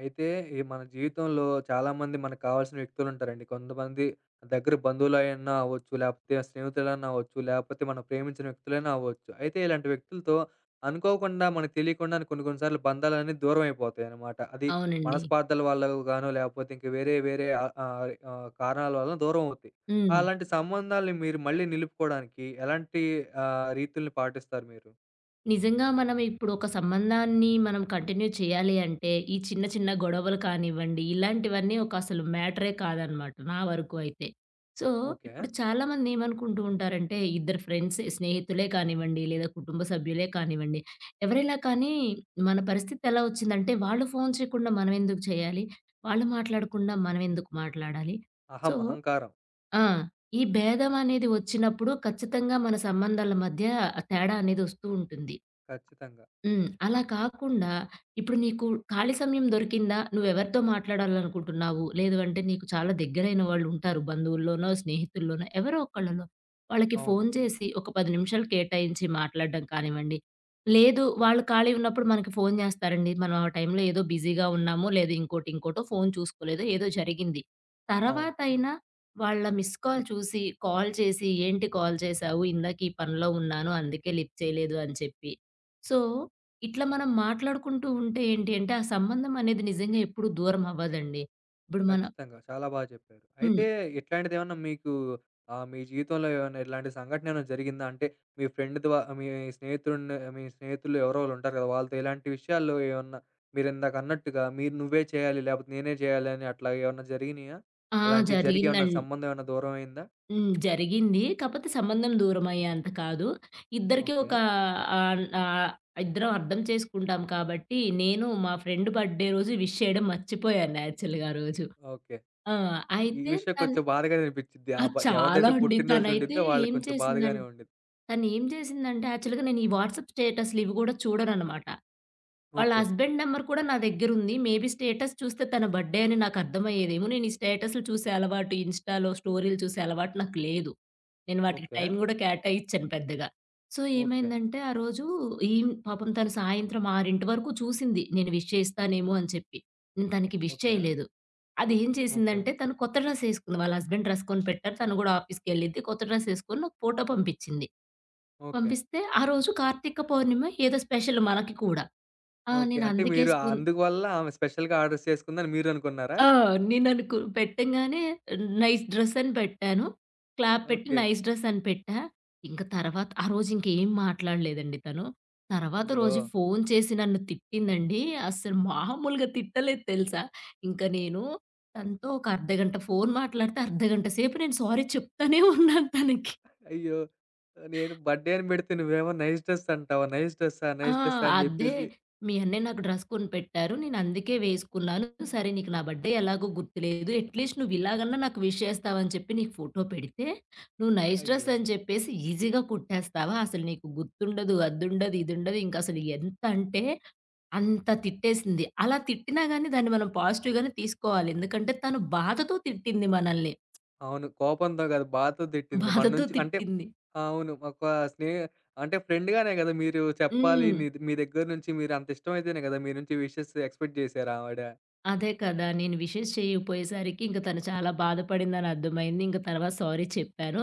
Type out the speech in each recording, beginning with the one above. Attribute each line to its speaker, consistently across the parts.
Speaker 1: అయితే ఈ మన జీవితంలో చాలామంది మనకు కావాల్సిన వ్యక్తులుంటారండి. కొంతమంది దగ్గర బంధువులైనా అవ్వచ్చు, లేకపోతే స్నేహితులైనా అవ్వచ్చు, లేకపోతే మనం ప్రేమించిన వ్యక్తులైనా అవ్వచ్చు. అయితే ఇలాంటి వ్యక్తులతో అనుకోకుండా మనకు తెలియకుండానే కొన్ని కొన్ని సార్లు బంధాలనేవి దూరమైపోతాయన్నమాట. అది
Speaker 2: అవునండి.
Speaker 1: మనస్పార్థాల వల్ల గానో, లేకపోతే ఇంక వేరే వేరే ఆహ్, ఆహ్, ఆహ్, కారణాల వలన దూరం అవుతాయి.
Speaker 2: హ్మ్.
Speaker 1: అలాంటి సంబంధాల్ని మీరు మళ్ళీ నిలుపుకోవడానికి ఎలాంటి రీతుల్ని పాటిస్తారు మీరు?
Speaker 2: నిజంగా మనం ఇప్పుడు ఒక సంబంధాన్ని మనం కంటిన్యూ చేయాలి అంటే, ఈ చిన్న చిన్న గొడవలు కానివ్వండి, ఇలాంటివన్నీ ఒక అసలు మ్యాటరే కాదనమాట నా వరకు అయితే. So,
Speaker 1: okay.
Speaker 2: ఇప్పుడు చాలామంది ఏమనుకుంటూ ఉంటారంటే, ఇద్దరు ఫ్రెండ్స్ స్నేహితులే కానివ్వండి, లేదా కుటుంబ సభ్యులే కానివ్వండి, ఎవరైనా కానీ మన పరిస్థితి ఎలా వచ్చిందంటే, వాళ్ళు ఫోన్ చేయకుండా మనమెందుకు చేయాలి? వాళ్ళు మాట్లాడకుండా మనమెందుకు మాట్లాడాలి?
Speaker 1: అహం,
Speaker 2: సో
Speaker 1: అహంకారం.
Speaker 2: ఆ! ఈ భేదం అనేది వచ్చినప్పుడు ఖచ్చితంగా మన సంబంధాల మధ్య తేడా అనేది వస్తూ ఉంటుంది.
Speaker 1: ఖచ్చితంగా.
Speaker 2: హ్మ్. అలా కాకుండా ఇప్పుడు నీకు ఖాళీ సమయం దొరికిందా? నువ్వెవరితో మాట్లాడాలనుకుంటున్నావు? లేదు అంటే నీకు చాలా దగ్గరైన వాళ్ళుంటారు. బంధువుల్లోనో, స్నేహితుల్లోనో ఎవరో ఒకళ్ళలో. వాళ్ళకి
Speaker 1: అవును.
Speaker 2: ఫోను చేసి ఒక 10 నిమిషాలు కేటాయించి మాట్లాడడం కానివ్వండి. లేదు వాళ్ళు ఖాళీ ఉన్నప్పుడు మనకి ఫోను చేస్తారండి. మనం ఆ టైంలో ఏదో బిజీగా ఉన్నామో, లేదు ఇంకోటో ఫోను చూసుకోలేదో ఏదో జరిగింది.
Speaker 1: అవును.
Speaker 2: తర్వాతైనా వాళ్ళ మిస్ కాల్ చూసి, కాల్ చేసి ఏంటి కాల్ చేశావు? ఇందాక ఈ పనిలో ఉన్నాను అందుకే లిఫ్ట్ చేయలేదు అని చెప్పి. సో ఇట్లా మనం మాట్లాడుకుంటూ ఉంటే ఏంటి అంటే, ఆ సంబంధం అనేది నిజంగా ఎప్పుడు దూరం అవ్వదండి. ఇప్పుడు మన
Speaker 1: ఖచ్చితంగా. చాలా బాగా చెప్పారు. అయితే
Speaker 2: హ్మ్.
Speaker 1: ఇట్లాంటిదేమన్నా మీకు మీ జీవితంలో ఏమన్నా ఇలాంటి సంఘటన ఏమైనా జరిగిందా? అంటే మీ ఫ్రెండ్ ద్వా మీ మీ స్నేహితులు ఎవరో ఒకళ్ళుంటారు కదా! వాళ్ళతో ఇలాంటి విషయాల్లో ఏమన్నా మీరిందాకన్నట్టుగా నువ్వే చేయాలి, లేపోతే నేనే చేయాలి అని అట్లా ఏమన్నా జరిగినియా?
Speaker 2: ఆ!
Speaker 1: అలాంటివి జరిగి ఏమన్నా
Speaker 2: జరిగిందం
Speaker 1: సంబంధం ఏమన్నా దూరమయిందా?
Speaker 2: హ్మ్. జరిగింది. కాపోతే సంబంధం దూరమయ్యేంత కాదు. ఇద్దరికీ
Speaker 1: ఓకే.
Speaker 2: ఒక ఆహ్, ఆహ్, ఇద్దరం అర్థం చేసుకుంటాం కాబట్టి, నేను మా ఫ్రెండ్ బర్త్‌డే రోజు విష్ చేయడం మర్చిపోయాను యాక్చువల్‌గా ఆ రోజు.
Speaker 1: ఓకే.
Speaker 2: ఆ!
Speaker 1: ఈ
Speaker 2: అయితే
Speaker 1: విషయం
Speaker 2: తను
Speaker 1: కొంచెం బాధగానే అనిపిచ్చిద్ది. ఆ
Speaker 2: ఆ!
Speaker 1: అబ్బాయి
Speaker 2: చాలా
Speaker 1: ఎవరిదైతే
Speaker 2: అండి.
Speaker 1: పుట్టినరోజు
Speaker 2: తనైతే
Speaker 1: ఉండిద్దో వాళ్ళకి
Speaker 2: ఏం
Speaker 1: కొంచెం
Speaker 2: చేసిందం
Speaker 1: బాధగానే ఉండిద్ది.
Speaker 2: తను ఏం చేసిందంటే యాక్చువల్‌గా నేను ఈ వాట్సాప్ స్టేటస్‌లు ఇవి గూడా చూడననమాట. వాళ్ళ
Speaker 1: ఓకే.
Speaker 2: హస్బెండ్ నంబర్ కూడా నా దగ్గరుంది. మేబీ స్టేటస్ చూస్తే తన బర్డే అని నాకర్థమయ్యేదేమో. నేను ఈ స్టేటస్‌లు చూసే అలవాటు, ఇన్‌స్టాలో స్టోరీలు చూసే అలవాటు నాకు లేదు. నేను వాటికి
Speaker 1: ఓకే.
Speaker 2: టైం గూడా కేటాయిచ్చను పెద్దగా. So,
Speaker 1: okay.
Speaker 2: ఏమైందంటే ఆ రోజు పాపం తను సాయంత్రం 6 వరకు చూసింది. నేను విష్ చేస్తానేమో అని చెప్పి. నేను తనకి విష్
Speaker 1: ఓకే.
Speaker 2: చేయలేదు. అది ఏం
Speaker 1: ఓకే.
Speaker 2: చేసిందంటే తను కొత్త డ్రెస్ ఏసుకుంది. వాళ్ళ హస్బెండ్ డ్రెస్ కొని పెట్టారు. తను గూడా ఆఫీస్‌కెళ్ళిద్ది. కొత్త డ్రెస్ ఏసుకొని నాకు ఫోటో పంపిచ్చింది.
Speaker 1: ఓకే.
Speaker 2: పంపిస్తే ఆ రోజు కార్తీక పౌర్ణిమ ఏదో స్పెషల్ మనకి కూడా. ఆ!
Speaker 1: ఓకే. అంటే
Speaker 2: నేనందుకే
Speaker 1: మీరు
Speaker 2: స్కూల్
Speaker 1: అందువల్ల ఆమె స్పెషల్‌గా ఆర్డర్స్ చేసుకుందని మీరనుకున్నారా?
Speaker 2: ఆ! పెట్టంగానే నైస్ డ్రెస్ అని పెట్టాను. క్లాప్ పెట్టి
Speaker 1: ఓకే.
Speaker 2: నైస్ డ్రెస్ అని పెట్టా. ఇంక తర్వాత ఆ రోజు ఇంకేం మాట్లాడలేదండి తను. తర్వాత
Speaker 1: అయ్యో!
Speaker 2: రోజు ఫోన్ చేసి నన్ను తిట్టిందండి. అస్సలు మామూలుగా తిట్టలేదు తెలుసా! ఇంక నేను తనతో ఒక అర్ధగంట ఫోన్ మాట్లాడితే అర్ధగంట సేపు నేను సారీ చెప్తానే ఉన్నాను తనకి.
Speaker 1: అయ్యో! నేను బర్త్‌డే అని పెడితే నువ్వేమో నైస్ డ్రెస్ అంటావా? నైస్ డ్రెస్సా?
Speaker 2: ఆ!
Speaker 1: నైస్ డ్రెస్సా? అని
Speaker 2: అదే.
Speaker 1: జెప్పేసి
Speaker 2: మీ అన్నయ్య నాకు డ్రెస్ కొనిపెట్టారు. నేనందుకే వేసుకున్నాను. సరే నీకు నా బర్త్‌డే ఎలాగో గుర్తులేదు. అట్‌లీస్ట్ నువ్వు ఇలాగన్నా నాకు విష్ చేస్తావని చెప్పి నీకు ఫోటో పెడితే, నువ్వు నైస్ డ్రెస్
Speaker 1: అయ్యో!
Speaker 2: అని చెప్పేసి ఈజీగా కుట్టేస్తావా? అసలు నీకు గుర్తుండదు, అదుండదు, ఇదుండదు. ఇంకసలు ఎంత అంటే అంత తిట్టేసింది. అలా తిట్టినా గాని దాన్ని మనం పాజిటివ్‌గానే తీసుకోవాలి. ఎందుకంటే తను బాధతో తిట్టింది మనల్ని.
Speaker 1: అవును. కోపంతో కాదు బాధతో తిట్టింది. మన
Speaker 2: బాధతో
Speaker 1: నుంచి అంటే
Speaker 2: తిట్టింది.
Speaker 1: అవును. ఒక స్నేహ అంటే ఫ్రెండ్‌గానే గదా! మీరు చెప్పాలి.
Speaker 2: హ్మ్.
Speaker 1: మీ దగ్గర నుంచి మీరు అంత ఇష్టమైతేనే గదా! మీ నుంచి విషెస్ ఎక్స్‌పెక్ట్ జేసారు ఆవిడ.
Speaker 2: అదే కదా! నేను విషెస్ చేయకపోయేసరికి ఇంక తను చాలా బాధపడిందని అర్థమైంది. ఇంక తర్వాత సారీ చెప్పాను.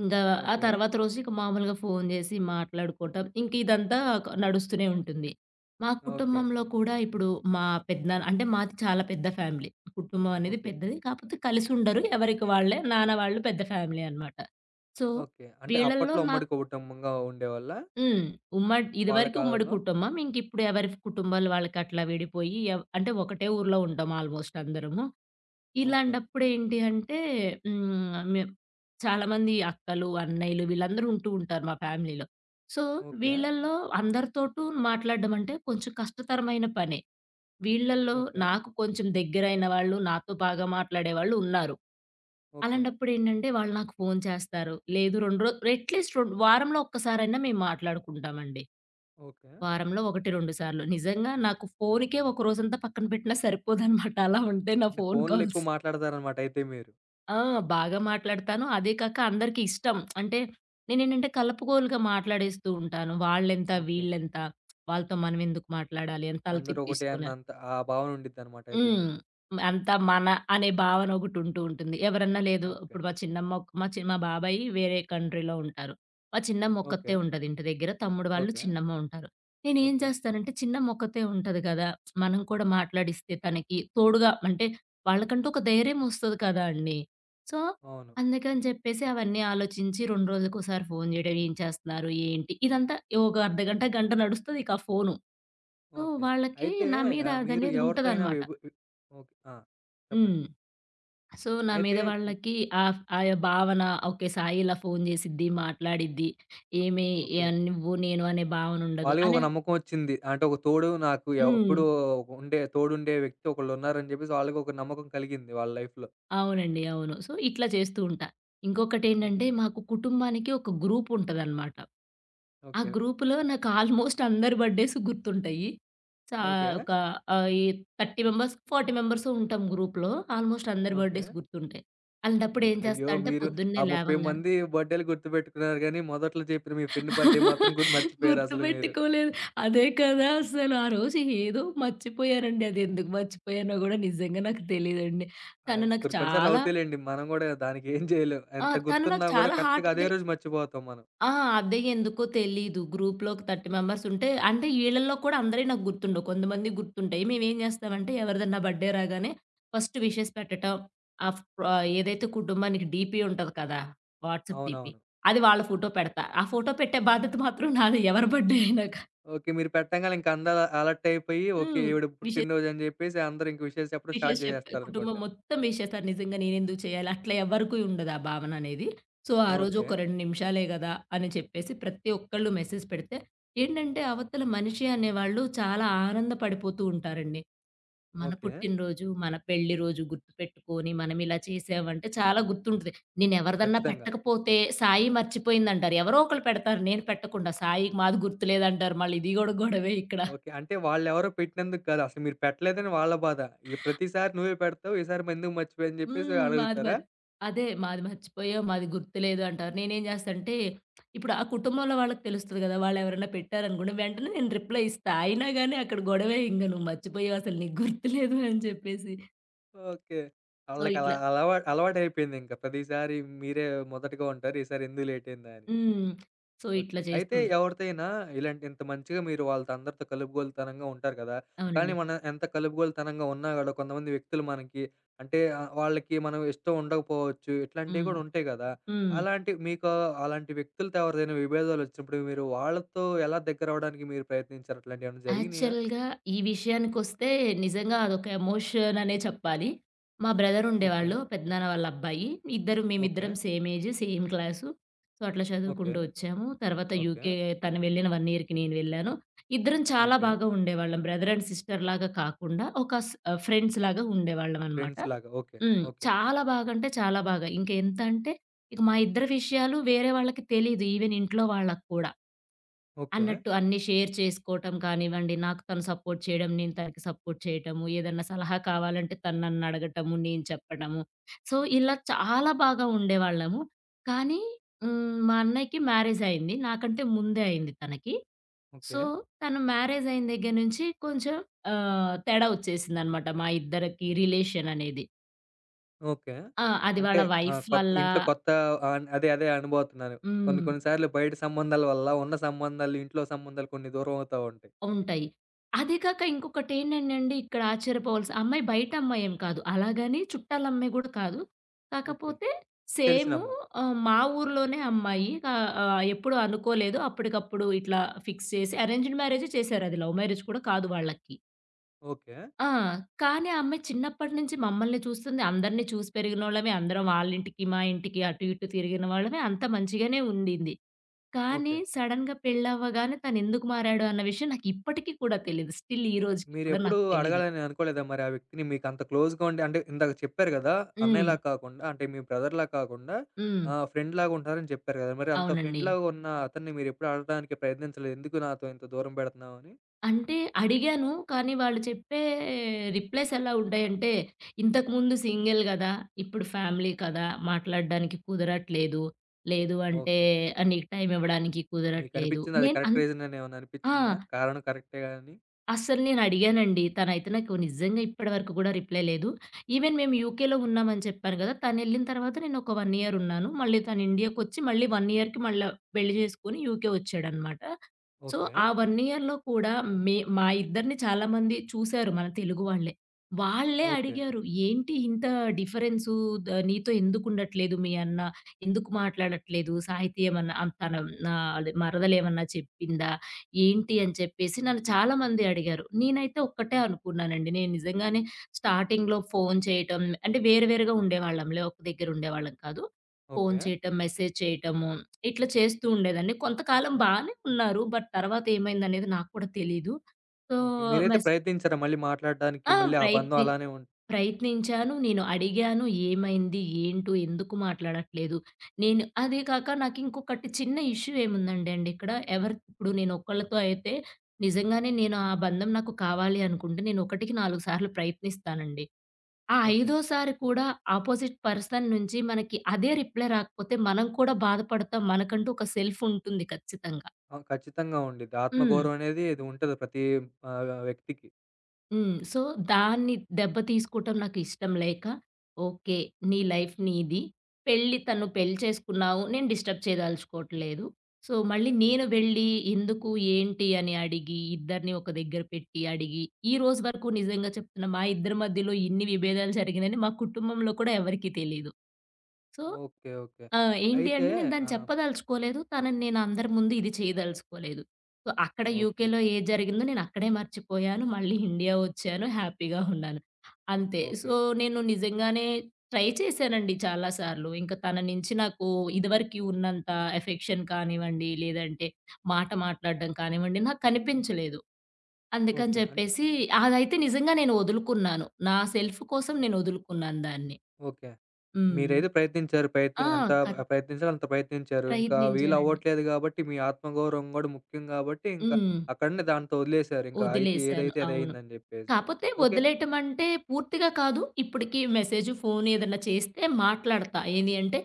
Speaker 2: ఇంగా ఆ
Speaker 1: ఓకే.
Speaker 2: తర్వాత రోజు ఇక మామూలుగా ఫోను జేసి మాట్లాడుకోవటం. ఇంక ఇదంతా క నడుస్తూనే ఉంటుంది. మా
Speaker 1: ఓకే.
Speaker 2: కుటుంబంలో కూడా ఇప్పుడు మా పెద్దనాన్న అంటే మాది చాలా పెద్ద ఫ్యామిలీ. కుటుంబం అనేది
Speaker 1: ఓకే.
Speaker 2: పెద్దది. కాకపోతే కలిసుండరు. ఎవరికి వాళ్ళే. నాన్న వాళ్ళు పెద్ద ఫ్యామిలీ అనమాట. So,
Speaker 1: okay. అంటే
Speaker 2: వీళ్ళల్లో
Speaker 1: అప్పట్లో ఉమ్మడి
Speaker 2: నాకు
Speaker 1: కుటుంబంగా ఉండేవాళ్ళా?
Speaker 2: హ్మ్. ఉమ్మడి
Speaker 1: వాళ్ళ
Speaker 2: ఇదివరకు ఉమ్మడి
Speaker 1: కాలంలో?
Speaker 2: కుటుంబం. ఇంకిప్పుడు ఎవరి కుటుంబాలు వాళ్ళకి అట్లా విడిపోయి అంటే ఒకటే ఊర్లో ఉంటాం ఆల్మోస్ట్ అందరము.
Speaker 1: ఓకే.
Speaker 2: ఇలాంటప్పుడేంటి అంటే హ్మ్. మేం చాలామంది అక్కలు, అన్నయ్యలు వీళ్ళందరూ ఉంటూ ఉంటారు మా ఫ్యామిలీలో. So,
Speaker 1: okay.
Speaker 2: వీళ్ళల్లో అందరితోటూ మాట్లాడడం అంటే కొంచెం కష్టతరమైన పనే. వీళ్ళల్లో
Speaker 1: ఓకే.
Speaker 2: నాకు కొంచెం దగ్గరైన వాళ్ళు, నాతో బాగా మాట్లాడేవాళ్ళు ఉన్నారు.
Speaker 1: ఓకే.
Speaker 2: అలాంటప్పుడేంటంటే వాళ్ళు నాకు ఫోను చేస్తారు. లేదు 2 రో అట్‌లీస్ట్ వారంలో ఒక్కసారైనా మేము మాట్లాడుకుంటామండి.
Speaker 1: ఓకే.
Speaker 2: వారంలో 1, 2 సార్లు. నిజంగా నాకు ఫోనుకే ఒక రోజంతా పక్కన పెట్టినా సరిపోదనమాట. అలా ఉంటాయి నా
Speaker 1: అంటే
Speaker 2: ఫోను
Speaker 1: ఫోనులెక్కువ
Speaker 2: కాల్స్.
Speaker 1: మాట్లాడతారనమాట అయితే మీరు.
Speaker 2: ఆ! బాగా మాట్లాడతాను. అదే కాక అందరికి ఇష్టం. అంటే నేనేంటంటే కలుపుగోలుగా మాట్లాడేస్తూ ఉంటాను. వాళ్ళెంత,
Speaker 1: ఓకే.
Speaker 2: వీళ్ళెంత, వాళ్ళతో మనమెందుకు మాట్లాడాలి అని తల
Speaker 1: అందరూ ఒకటే
Speaker 2: తిప్పేసుకొని
Speaker 1: అన్నంత ఆ భావన ఉండిద్దనమాట అయితే
Speaker 2: హ్మ్.
Speaker 1: మీకు.
Speaker 2: అంతా మన అనే భావన ఒకటుంటూ ఉంటుంది. ఎవరన్నా లేదు
Speaker 1: ఓకే.
Speaker 2: ఇప్పుడు మా చిన్నమ్మ ఒక్ మా చి మా బాబాయి వేరే కంట్రీలో ఉంటారు. మా చిన్నమ్మ
Speaker 1: ఓకే.
Speaker 2: ఒక్కతే ఉంటది ఇంటి దగ్గర. తమ్ముడు వాళ్ళు
Speaker 1: ఓకే.
Speaker 2: చిన్నమ్మ ఉంటారు. నేనేం
Speaker 1: ఓకే.
Speaker 2: చేస్తానంటే చిన్నమ్మ ఒక్కతే ఉంటది కదా! మనం కూడా మాట్లాడిస్తే తనకి తోడుగా అంటే వాళ్ళకంటూ ఒక ధైర్యం వస్తది కదా అండీ! సో,
Speaker 1: అవును.
Speaker 2: అందుకని చెప్పేసి అవన్నీ ఆలోచించి 2 రోజులకోసారి ఫోను చేయడం, ఏం చేస్తున్నారు? ఏంటి? ఇదంతా ఒక అర్ధగంట, గంట నడుస్తది ఇక ఆ ఫోను. So,
Speaker 1: okay.
Speaker 2: వాళ్ళకి
Speaker 1: అయితే
Speaker 2: నా మీద
Speaker 1: మీరు
Speaker 2: అదనేది
Speaker 1: ఎవరితో అయినా
Speaker 2: ఉంటదనమాట.
Speaker 1: విభ వి ఓకే. ఆ!
Speaker 2: హ్మ్.
Speaker 1: చెప్పండి.
Speaker 2: సో, నా
Speaker 1: అయితే
Speaker 2: మీద
Speaker 1: హ్మ్.
Speaker 2: వాళ్ళకి ఆ యొక్క భావన ఓకే. సాయి ఇలా ఫోను చేసిద్ది, మాట్లాడిద్ది. ఏమి
Speaker 1: ఓకే.
Speaker 2: నువ్వు, నేను అనే భావన ఉండదు.
Speaker 1: వాళ్ళకి ఒక
Speaker 2: అనే
Speaker 1: నమ్మకం వచ్చింది. అంటే ఒక తోడు నాకు
Speaker 2: హ్మ్.
Speaker 1: ఎప్పుడూ తోడుండే వ్యక్తి ఒకళ్ళున్నారని జెప్పేసి వాళ్ళకి ఒక నమ్మకం కలిగింది వాళ్ళ లైఫ్‌లో.
Speaker 2: అవునండి. అవును. సో, ఇట్లా చేస్తూ ఉంటా. ఇంకొకటేంటంటే
Speaker 1: ఓకే.
Speaker 2: మాకు కుటుంబానికి ఒక గ్రూప్ ఉంటదనమాట. ఆ
Speaker 1: ఓకే.
Speaker 2: గ్రూప్‌లో నాకు ఆల్మోస్ట్ అందరి బర్త్‌డేస్ గుర్తుంటాయి. So
Speaker 1: okay.
Speaker 2: ఒక ఈ 30 మెంబర్స్, 40 మెంబర్సో ఉంటాం గ్రూప్‌లో. ఆల్మోస్ట్ అందరి
Speaker 1: ఓకే.
Speaker 2: బర్త్‌డేస్ గుర్తుంటాయి. అలాంటప్పుడు ఏం చేస్తా
Speaker 1: అయ్యో!
Speaker 2: అంటే
Speaker 1: మీరు ఆ
Speaker 2: పొద్దున్నే
Speaker 1: 30
Speaker 2: లేవంగానే
Speaker 1: మంది బర్త్‌డే‌లు గుర్తుపెట్టుకున్నారు గానీ, మొదట్లో చెప్పిన మీ ఫ్రెండ్ బర్త్‌డే మాత్రం మర్చిపోయారసలు మీరు.
Speaker 2: గుర్తుపెట్టుకోలేదు. అదే కదా అసలు. ఆ రోజు ఏదో మర్చిపోయానండి. అది ఎందుకు మర్చిపోయానో గూడా నిజంగా నాకు తెలీదండి. తను
Speaker 1: అది
Speaker 2: నాకు
Speaker 1: కొన్ని కొన్ని సార్లు
Speaker 2: చాలా
Speaker 1: అవుతాయిలెండి. మనం గూడా దానికేం చేయలేం.
Speaker 2: ఆ!
Speaker 1: ఎంత
Speaker 2: తను నాకు
Speaker 1: గుర్తున్నా గూడా
Speaker 2: చాలా
Speaker 1: కరెక్ట్‌గా అదే
Speaker 2: హార్ట్‌ది
Speaker 1: రోజు మర్చిపోతాం మనం.
Speaker 2: ఆ! అదే ఎందుకో తెలీదు. గ్రూప్‌లో ఒక 30 మెంబర్స్ ఉంటే అంటే ఈళ్ళల్లో కూడా అందరియి నాకు గుర్తుండవు. కొంతమందియి గుర్తుంటాయి. మేమేం జేస్తామంటే ఎవరిదన్నా బర్త్‌డే రాగానే ఫస్ట్ విషెస్ పెట్టటం. ఆఫ్ ఏదైతే కుటుంబానికి డీపీ ఉంటది కదా! WhatsApp DP.
Speaker 1: అవునవును.
Speaker 2: అది వాళ్ళ ఫోటో పెడతా. ఆ ఫోటో పెట్టే బాధ్యత మాత్రం నాది ఎవరి బర్త్‌డే అయినా
Speaker 1: ఓకే. మీరు పెట్టంగానే ఇంక అందరూ అలర్ట్ అయిపోయి, ఓకే
Speaker 2: హ్మ్.
Speaker 1: ఈవిడ
Speaker 2: విషెస్,
Speaker 1: పుట్టినరోజు అని జెప్పేసి అందరూ ఇంక విషెస్ చెప్పడం స్టార్ట్
Speaker 2: విషెస్ చెప్ కుటుంబం
Speaker 1: జేసేస్తారనుకుంటా.
Speaker 2: మొత్తం విషేసారు నిజంగా నేనెందుకు చేయాలి? అట్లా ఎవరికీ ఉండదు ఆ భావన అనేది. సో, ఆ రోజు
Speaker 1: ఓకే.
Speaker 2: ఒక 2 నిమిషాలే గదా! అని చెప్పేసి ప్రతి ఒక్కళ్ళు మెసేజ్ పెడితే ఏంటంటే అవతల మనిషి అనేవాళ్ళు చాలా ఆనందపడిపోతూ ఉంటారండి. మన
Speaker 1: ఓకే.
Speaker 2: పుట్టినరోజు, మన పెళ్లి రోజు గుర్తుపెట్టుకొని మనం ఇలా చేసామంటే చాలా గుర్తుంటది. నేను ఎవరిదన్నా
Speaker 1: ఖచ్చితంగా.
Speaker 2: పెట్టకపోతే సాయి మర్చిపోయిందంటారు. ఎవరో ఒకళ్ళు పెడతారు నేను పెట్టకుండా. సాయికి మాది గుర్తులేదంటారు. మళ్ళీ ఇది గూడా గొడవే ఇక్కడ.
Speaker 1: ఓకే. అంటే వాళ్ళెవరో పెట్టినందుకు కాదు. అసలు మీరు పెట్టలేదని వాళ్ళ బాధ. ఈ ప్రతిసారి నువ్వే పెడతావు. ఈసారి ఎందుకు మర్చిపోయావు అని జెప్పేసి
Speaker 2: హ్మ్. మాది మ
Speaker 1: అడుగుతారా?
Speaker 2: అదే. మాది మర్చిపోయాం, మాది గుర్తులేదు అంటారు. నేనేం జేస్తా అంటే, ఇప్పుడు ఆ కుటుంబంలో వాళ్ళకి తెలుస్తది గదా! వాళ్ళెవరైనా పెట్టారనుకోండి, వెంటనే నేను రిప్లై ఇస్తా. అయినా గాని అక్కడ గొడవే ఇంగ నువ్వు మర్చిపోయావు అసలు నీకు గుర్తులేదు అని చెప్పేసి.
Speaker 1: ఓకే.
Speaker 2: సో,
Speaker 1: ఆళ్ళకలా
Speaker 2: ఇట్లా
Speaker 1: అలవాటయిపోయిందింక. ప్రతిసారి మీరే మొదటగా ఉంటారు. ఈసారి ఎందుకు లేటయిందా అని.
Speaker 2: హ్మ్. So,
Speaker 1: okay.
Speaker 2: ఇట్లా చేస్తూ
Speaker 1: అయితే
Speaker 2: ఉంటా.
Speaker 1: ఎవరితైనా ఇలాంటి ఇంత మంచిగా మీరు వాళ్ళతో అందరితో కలుపుగోలుతనంగా ఉంటారు కదా! కానీ
Speaker 2: అవునండి.
Speaker 1: మనం ఎంత కలుపుగోలుతనంగా ఉన్నా గూడా కొంతమంది వ్యక్తులు మనకి అంటే వాళ్ళకి మనం ఇష్టం ఉండకపోవచ్చు. ఇట్లాంటివి
Speaker 2: హ్మ్.
Speaker 1: కూడా ఉంటాయి గదా!
Speaker 2: హ్మ్.
Speaker 1: అలాంటి మీకు అలాంటి వ్యక్తులతో ఎవరిదైనా విభేదాలొచ్చినప్పుడు మీరు వాళ్ళతో ఎలా దగ్గరవ్వడానికి మీరు ప్రయత్నించారు? అట్లాంటియేమన్నా జరిగినియా?
Speaker 2: యాక్చువల్‌గా ఈ విషయానికొస్తే నిజంగా అదొక ఎమోషన్ అనే చెప్పాలి. మా బ్రదర్
Speaker 1: ఓకే.
Speaker 2: ఉండేవాళ్ళు పెద్దనాన్న వాళ్ళ అబ్బాయి.
Speaker 1: ఓకే.
Speaker 2: మేమిద్దరం same age, same class. So, అట్లా
Speaker 1: ఓకే.
Speaker 2: చదువుకుంటూ వచ్చాము. తర్వాత
Speaker 1: ఓకే.
Speaker 2: యూకే తను వెళ్ళిన 1 ఇయర్‌కి నేను వెళ్ళాను. ఇద్దరం చాలా
Speaker 1: ఓకే.
Speaker 2: బాగా ఉండేవాళ్ళం. బ్రదర్ అండ్ సిస్టర్ లాగా కాకుండా ఒక ఫ్రెండ్స్ లాగా ఉండేవాళ్ళం అనమాట.
Speaker 1: ఫ్రెండ్స్‌లాగా. ఓకే.
Speaker 2: హ్మ్.
Speaker 1: ఓకే.
Speaker 2: చాలా బాగా అంటే చాలా బాగా. ఇంక ఎంత అంటే ఇక మా ఇద్దరి విషయాలు వేరే వాళ్ళకి తెలీదు. ఈవెన్ ఇంట్లో వాళ్ళకి కూడా.
Speaker 1: ఓకే.
Speaker 2: అన్నట్టు అన్నీ షేర్ చేసుకోవటం కానివ్వండి, నాకు తను సపోర్ట్ చేయడం, నేను తనకి సపోర్ట్ చేయటము, ఏదన్నా సలహా కావాలంటే తను నన్నడగటము, నేను చెప్పడము. సో, ఇలా చాలా బాగా ఉండేవాళ్ళము. కానీ హ్మ్, మా అన్నయ్యకి మ్యారేజ్ అయింది. నాకంటే ముందే అయింది తనకి.
Speaker 1: ఓకే.
Speaker 2: సో, తను మ్యారేజ్ అయిన దగ్గర నుంచి కొంచెం తేడా వచ్చేసిందనమాట మా ఇద్దరికి రిలేషన్ అనేది.
Speaker 1: ఓకే.
Speaker 2: ఆ! అది
Speaker 1: అంటే
Speaker 2: వాళ్ళ వైఫ్
Speaker 1: కొత్త
Speaker 2: వల్ల
Speaker 1: ఇంట్లో కొత్త అదే అదే అనుబోతున్నాను. కొన్ని
Speaker 2: హ్మ్.
Speaker 1: కొన్ని సార్లు బయట సంబంధాల వల్ల ఉన్న సంబంధాలు, ఇంట్లో సంబంధాలు కొన్ని దూరం అవుతా ఉంటాయి.
Speaker 2: ఉంటాయి. అదే కాక ఇంకొకటేంటండండి ఇక్కడ ఆశ్చర్యపోవాల్సిన ఆ అమ్మాయి బయట అమ్మాయేం కాదు. అలాగని చుట్టాలమ్మాయి గూడా కాదు.
Speaker 1: ఓకే.
Speaker 2: కాకపోతే
Speaker 1: తెలిసిన
Speaker 2: సేము
Speaker 1: అమ్మాయి.
Speaker 2: మా ఊర్లోనే అమ్మాయి. ఆహ్, ఆహ్, ఎప్పుడు అనుకోలేదు. అప్పటికప్పుడు ఇట్లా ఫిక్స్ చేసి అరేంజ్డ్ మ్యారేజే చేశారు. అది లవ్ మ్యారేజ్ కూడా కాదు వాళ్ళకి.
Speaker 1: ఓకే.
Speaker 2: ఆ! కానీ ఆ అమ్మాయి చిన్నప్పటి నుంచి మమ్మల్ని చూస్తుంది. అందరిని చూసి పెరిగినోళ్ళమే. అందరం వాళ్ళింటికి, మా ఇంటికి అటు ఇటు తిరిగిన వాళ్ళమే. అంతా మంచిగానే ఉండింది. కానీ
Speaker 1: ఓకే.
Speaker 2: సడెన్‌గా పెళ్లవ్వగానే తనెందుకు మారాడు అన్న విషయం నాకిప్పటికి కూడా తెలీదు. స్టిల్ ఈ రోజుకి కూడా
Speaker 1: మీరెప్పుడూ
Speaker 2: నాకు తెలీదు.
Speaker 1: అడగాలని అనుకోలేదా మరి ఆ వ్యక్తిని మీకంత క్లోజ్‌గా ఉండి అంటే ఇందాక చెప్పారు గదా!
Speaker 2: హ్మ్.
Speaker 1: అన్నయ్యలా కాకుండా అంటే మీ బ్రదర్‌లా కాకుండా
Speaker 2: హ్మ్.
Speaker 1: ఫ్రెండ్‌లాగా ఉంటారని చెప్పారు గదా! మరి అంత
Speaker 2: అవునండి.
Speaker 1: ఫ్రెండ్‌లాగా ఉన్న అతన్ని మీరెప్పుడు అడగడానికి ప్రయత్నించలేదు. ఎందుకు నాతో ఇంత దూరం పెడుతున్నావు అని?
Speaker 2: అంటే అడిగాను. కానీ వాళ్ళు చెప్పే రిప్లైస్ ఎలా ఉంటాయంటే, "ఇంతకుముందు సింగిల్ గదా! ఇప్పుడు ఫ్యామిలీ కదా! మాట్లాడడానికి కుదరట్లేదు. లేదు అంటే
Speaker 1: ఓకే.
Speaker 2: నీకు టైం ఇవ్వడానికి కుదరట్లేదు."
Speaker 1: మీకనిపిచ్చిందా అది
Speaker 2: నేను
Speaker 1: కరెక్ట్
Speaker 2: అన్
Speaker 1: రీజననేమన్నా
Speaker 2: ఆ!
Speaker 1: అనిపిచ్చిందా? కారణం కరెక్టేగా అని?
Speaker 2: అస్సలు నేనడిగానండి. తనైతే నాకు నిజంగా ఇప్పటి వరకు గూడా రిప్లై లేదు. ఈవెన్ మేము యూకేలో ఉన్నామని చెప్పాను గదా! తనెళ్ళిన తర్వాత నేను ఒక 1 ఇయర్ ఉన్నాను. మళ్ళీ తను ఇండియాకొచ్చి మళ్ళీ 1 ఇయర్‌కి మళ్ళా పెళ్లి జేసుకొని యూకే వచ్చాడనమాట. So,
Speaker 1: okay.
Speaker 2: ఆ 1 ఇయర్‌లో కూడా మా ఇద్దరిని చాలామంది చూసారు మన తెలుగు వాళ్ళే. వాళ్ళే
Speaker 1: ఓకే.
Speaker 2: అడిగారు. "ఏంటి ఇంత డిఫరెన్సు నీతో ఎందుకుండట్లేదు మీ అన్న? ఎందుకు మాట్లాడట్లేదు? సాహితీ ఏమన్నా తన నా అదే మరదలేమన్నా చెప్పిందా?" ఏంటి అని చెప్పేసి నన్ను చాలామంది అడిగారు. నేనైతే ఒక్కటే అనుకున్నానండి. నేను నిజంగానే స్టార్టింగ్‌లో ఫోన్ చేయటం అంటే వేరుగా ఉండేవాళ్ళంలే. ఒక దగ్గర ఉండేవాళ్ళం కాదు. Phone
Speaker 1: okay.
Speaker 2: చేయటం, మెసేజ్ చేయటము ఇట్లా చేస్తూ ఉండేదాన్ని. కొంతకాలం బానే ఉన్నారు. బట్ తర్వాత ఏమైందనేది నాకు కూడా తెలీదు. So,
Speaker 1: okay. మీరైతే
Speaker 2: మెస్
Speaker 1: ప్రయత్నించారా మళ్ళీ మాట్లాడడానికి?
Speaker 2: ఆ!
Speaker 1: మళ్ళీ ఆ బంధం
Speaker 2: ప్రయత్ని
Speaker 1: అలానే ఉం
Speaker 2: ప్రయత్నించాను. నేను అడిగాను, ఏమైంది? ఏంటో? ఎందుకు మాట్లాడట్లేదు? నేను అదే కాక నాకింకొకటి చిన్న ఇష్యూ ఏముందండి అండి ఇక్కడ, ఎవరి ఇప్పుడు నేనొక్కళ్ళతో అయితే నిజంగానే నేను ఆ బంధం నాకు కావాలి అనుకుంటే నేను 1కి 4 సార్లు ప్రయత్నిస్తానండి. ఆ
Speaker 1: ఓకే.
Speaker 2: ఐదోసారి కూడా ఆపోజిట్ పర్సన్ నుంచి మనకి అదే రిప్లై రాకపోతే మనం కూడా బాధపడతాం. మనకంటూ ఒక సెల్ఫ్ ఉంటుంది ఖచ్చితంగా.
Speaker 1: ఆ! ఖచ్చితంగా ఉండిద్ది.
Speaker 2: హ్మ్.
Speaker 1: ఆత్మగౌరవం అనేది ఇది ఉంటది ప్రతి వ్యక్తికి.
Speaker 2: హ్మ్. సో, దాన్ని దెబ్బ తీసుకోవటం నాకిష్టం లేక, ఓకే. నీ లైఫ్ నీది. తను పెళ్లి చేసుకున్నావు. నేను డిస్టర్బ్ చేయదలుచుకోవట్లేదు. సో, మళ్ళీ
Speaker 1: హ్మ్.
Speaker 2: నేను వెళ్ళి ఎందుకు, ఏంటి అని అడిగి, ఇద్దరిని ఒక దగ్గర పెట్టి అడిగి, ఈ రోజు వరకు నిజంగా చెప్తున్నా మా ఇద్దరి మధ్యలో ఇన్ని విభేదాలు జరిగినని మా కుటుంబంలో కూడా ఎవరికీ తెలీదు. So
Speaker 1: okay. ఓకే.
Speaker 2: ఆ! ఏంటి
Speaker 1: అయితే
Speaker 2: అంటే నేను దాన్ని
Speaker 1: ఆహ్,
Speaker 2: చెప్పదలుచుకోలేదు. తనని నేను అందరి ముందు ఇది చేయదలుచుకోలేదు. సో, అక్కడ
Speaker 1: ఓకే.
Speaker 2: యూకేలో ఏది జరిగిందో నేను అక్కడే మర్చిపోయాను. మళ్ళీ ఇండియా వచ్చాను. హ్యాపీగా ఉన్నాను. అంతే.
Speaker 1: ఓకే.
Speaker 2: సో, నేను నిజంగానే ట్రై చేశానండి చాలా సార్లు. ఇంక తన నుంచి నాకు ఇదివరకి ఉన్నంత ఎఫెక్షన్ కానివ్వండి, లేదంటే మాట మాట్లాడడం కానివ్వండి నాకు కనిపించలేదు. అందుకని
Speaker 1: ఓకే. అంటే
Speaker 2: చెప్పేసి అదైతే నిజంగా నేను వదులుకున్నాను. నా సెల్ఫ్ కోసం నేను వదులుకున్నాను దాన్ని.
Speaker 1: ఓకే.
Speaker 2: హ్మ్.
Speaker 1: మీరైతే ప్రయత్నించారు.
Speaker 2: ఆ!
Speaker 1: ఎంత
Speaker 2: కట్
Speaker 1: ప్రయత్నించాలో అంత ప్రయత్నించారు. ఇంకా
Speaker 2: ప్రయత్నించానండి.
Speaker 1: వీలవ్వట్లేదు గాబట్టి, మీ ఆత్మగౌరవం గూడా ముఖ్యం గాబట్టి, ఇంకా
Speaker 2: హ్మ్.
Speaker 1: అక్కడనే దాంతో వదిలేసారు. ఇంకా అయితే
Speaker 2: వదిలేశాను.
Speaker 1: ఏదైతే
Speaker 2: అవును.
Speaker 1: అదయిందని జెప్పేసి.
Speaker 2: కాపోతే
Speaker 1: ఓకే.
Speaker 2: వదిలేయటం అంటే పూర్తిగా కాదు. ఇప్పటికి మెసేజ్, ఫోను ఏదన్నా చేస్తే మాట్లాడతా. ఏది అంటే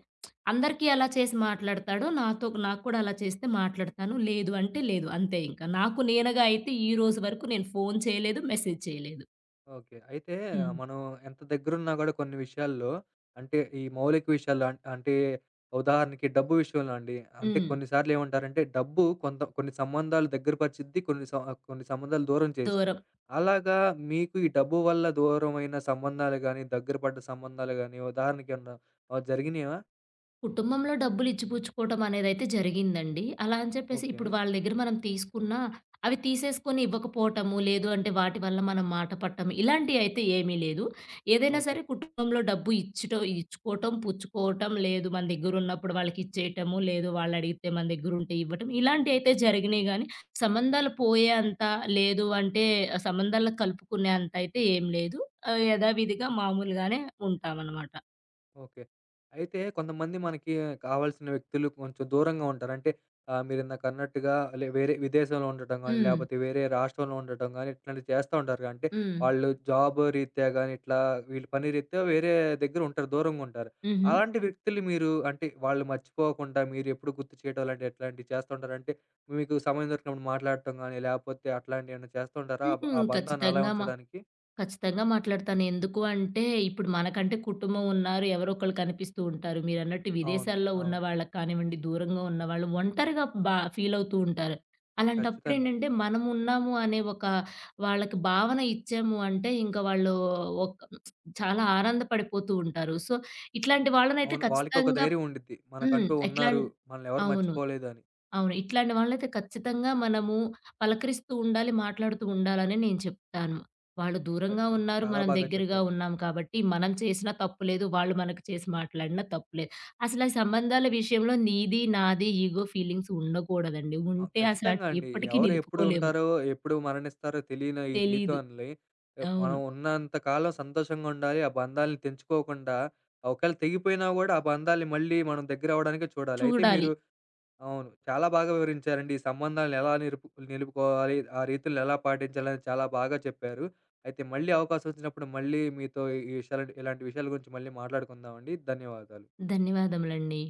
Speaker 2: అందరికీ ఎలా చేసి మాట్లాడతాడో నాతో నాకు కూడా అలా చేస్తే మాట్లాడతాను. లేదు అంటే లేదు. అంతే ఇంకా. నాకు నేనుగా అయితే ఈ రోజు వరకు నేను ఫోను చేయలేదు. మెసేజ్ చేయలేదు.
Speaker 1: ఓకే. అయితే ఆ,
Speaker 2: హ్మ్.
Speaker 1: మనం ఎంత దగ్గరున్నా గూడా కొన్ని విషయాల్లో అంటే ఈ మౌలిక విషయాల్లో అంటే ఉదాహరణకి డబ్బు విషయంలో అండి. అంటే
Speaker 2: హ్మ్.
Speaker 1: కొన్నిసార్లు ఏమంటారంటే డబ్బు కొన్ని సంబంధాలు దగ్గర పరిచిద్ది. కొన్ని సంబంధాలు దూరం చేసిద్ది.
Speaker 2: దూరం.
Speaker 1: అలాగా మీకు ఈ డబ్బు వల్ల దూరమైన సంబంధాలు గాని, దగ్గర పడ్డ సంబంధాలు గాని ఉదాహరణకేమన్నా జరిగినాయా?
Speaker 2: కుటుంబంలో డబ్బులు ఇచ్చిపుచ్చుకోవటం అనేదైతే జరిగిందండి. అలా అని చెప్పేసి
Speaker 1: ఓకే.
Speaker 2: ఇప్పుడు వాళ్ళ దగ్గర మనం తీసుకున్నా, అవి తీసేసుకొని ఇవ్వకపోవటము, లేదు అంటే వాటి వల్ల మనం మాట పడటం ఇలాంటియైతే ఏమీ లేదు. ఏదైనా
Speaker 1: ఓకే.
Speaker 2: సరే కుటుంబంలో డబ్బు ఇచ్చటం ఇచ్చుకోవటం, పుచ్చుకోవటం, లేదు మన దగ్గరున్నప్పుడు వాళ్ళకిచ్చేయటము, లేదు వాళ్ళడిగితే మన దగ్గరుంటే ఇవ్వటం ఇలాంటియైతే జరిగినియి గానీ, సంబంధాలు పోయేంత, లేదు అంటే సంబంధాల్లో కలుపుకునే అంత అయితే ఏం లేదు. యథావిధిగా మామూలుగానే ఉంటామనమాట.
Speaker 1: ఓకే. అయితే కొంతమంది మనకి కావాల్సిన వ్యక్తులు కొంచెం దూరంగా ఉంటారు. అంటే మీరిందాకన్నట్టుగా వేరే విదేశంలో ఉండటం గానీ,
Speaker 2: హ్మ్.
Speaker 1: లేపోతే వేరే రాష్ట్రంలో ఉండటం గానీ, ఇట్లాంటివి చేస్తా ఉంటారుగా. అంటే
Speaker 2: హ్మ్.
Speaker 1: వాళ్ళు జాబ్ రీత్యా గానీ, ఇట్లా వీళ్ళు పని రీత్యా వేరే దగ్గర ఉంటారు. దూరంగా ఉంటారు.
Speaker 2: హుహు.
Speaker 1: అలాంటి వ్యక్తులు మీరు అంటే వాళ్ళు మర్చిపోకుండా మీరెప్పుడు గుర్తు చేయడం అలాంటివి ఎట్లాంటివి చేస్తూ ఉంటారు? అంటే మీకు సమయం దొరికినప్పుడు మాట్లాడటం గానీ, లేపోతే అట్లాంటియేమన్నా చేస్తూ ఉంటారా?
Speaker 2: హ్మ్.
Speaker 1: ఆ బంధాన్ని అలా ఉంచడానికి?
Speaker 2: ఖచ్చితంగా మాట్లాడతాను. ఎందుకు అంటే, ఇప్పుడు మనకంటే కుటుంబం ఉన్నారు. ఎవరో ఒకళ్ళు కనిపిస్తూ ఉంటారు. మీరన్నట్టు
Speaker 1: అవును.
Speaker 2: విదేశాల్లో ఉన్న
Speaker 1: అవును.
Speaker 2: వాళ్ళకి కానివ్వండి, దూరంగా ఉన్నవాళ్ళు ఒంటరిగా ఫీల్ అవుతూ ఉంటారు.
Speaker 1: ఖచ్చితంగా.
Speaker 2: అలాంటప్పుడేంటంటే, మనం ఉన్నాము అనే ఒక వాళ్ళకి భావన ఇచ్చాము అంటే, ఇంక వాళ్ళు ఒక చాలా ఆనందపడిపోతూ ఉంటారు. సో, ఇట్లాంటి వాళ్ళనైతే
Speaker 1: అవును. వాళ్ళకొక
Speaker 2: ఖచ్చితంగా
Speaker 1: ధైర్యం ఉండిద్ది.
Speaker 2: హ్మ్.
Speaker 1: మనకంటూ
Speaker 2: ఇట్లాం
Speaker 1: ఉన్నారు. మనల్నెవరు
Speaker 2: అవును.
Speaker 1: మర్చిపోలేదని.
Speaker 2: అవును. ఇట్లాంటి వాళ్ళనైతే ఖచ్చితంగా మనము పలకరిస్తూ ఉండాలి, మాట్లాడుతూ ఉండాలని నేను చెప్తాను. వాళ్ళు దూరంగా ఉన్నారు,
Speaker 1: చాలా
Speaker 2: మనం
Speaker 1: బాగా
Speaker 2: దగ్గరగా
Speaker 1: చెప్పారండి.
Speaker 2: ఉన్నాం కాబట్టి మనం చేసినా తప్పు లేదు, వాళ్ళు మనకు చేసి మాట్లాడినా తప్పు లేదు. అసల ఈ సంబంధాల విషయంలో నీది, నాది ఈగో ఫీలింగ్స్ ఉండకూడదండి.
Speaker 1: ఆ!
Speaker 2: ఉంటే అసలు
Speaker 1: ఖచ్చితంగా
Speaker 2: ఆటిని
Speaker 1: అండి.
Speaker 2: ఎప్పటికీ
Speaker 1: ఎవరు ఎప్పుడు
Speaker 2: నిలుపుకోలేము.
Speaker 1: ఉంటారో, ఎప్పుడు మరణిస్తారో తెలియని ఈ
Speaker 2: తెలీదు.
Speaker 1: జీవితంలో మనం
Speaker 2: అవును.
Speaker 1: ఉన్నంత కాలం సంతోషంగా ఉండాలి. ఆ బంధాలను తెంచుకోకుండా, ఒకవేళ తెగిపోయినా గూడా ఆ బంధాల్ని మళ్ళీ మనం దగ్గరవ్వడానికే చూడాలి. అయితే
Speaker 2: చూడాలి.
Speaker 1: మీరు అవును. చాలా బాగా వివరించారండి. ఈ సంబంధాలను ఎలా నిలుపుకోవాలి, ఆ రీతులను ఎలా పాటించాలని చాలా బాగా చెప్పారు. అయితే మళ్ళీ అవకాశం వచ్చినప్పుడు మళ్ళీ మీతో ఈ ఈ విషయాలు ఇలాంటి విషయాల గురించి మళ్ళీ మాట్లాడుకుందామండి. ధన్యవాదాలు.
Speaker 2: ధన్యవాదములండి.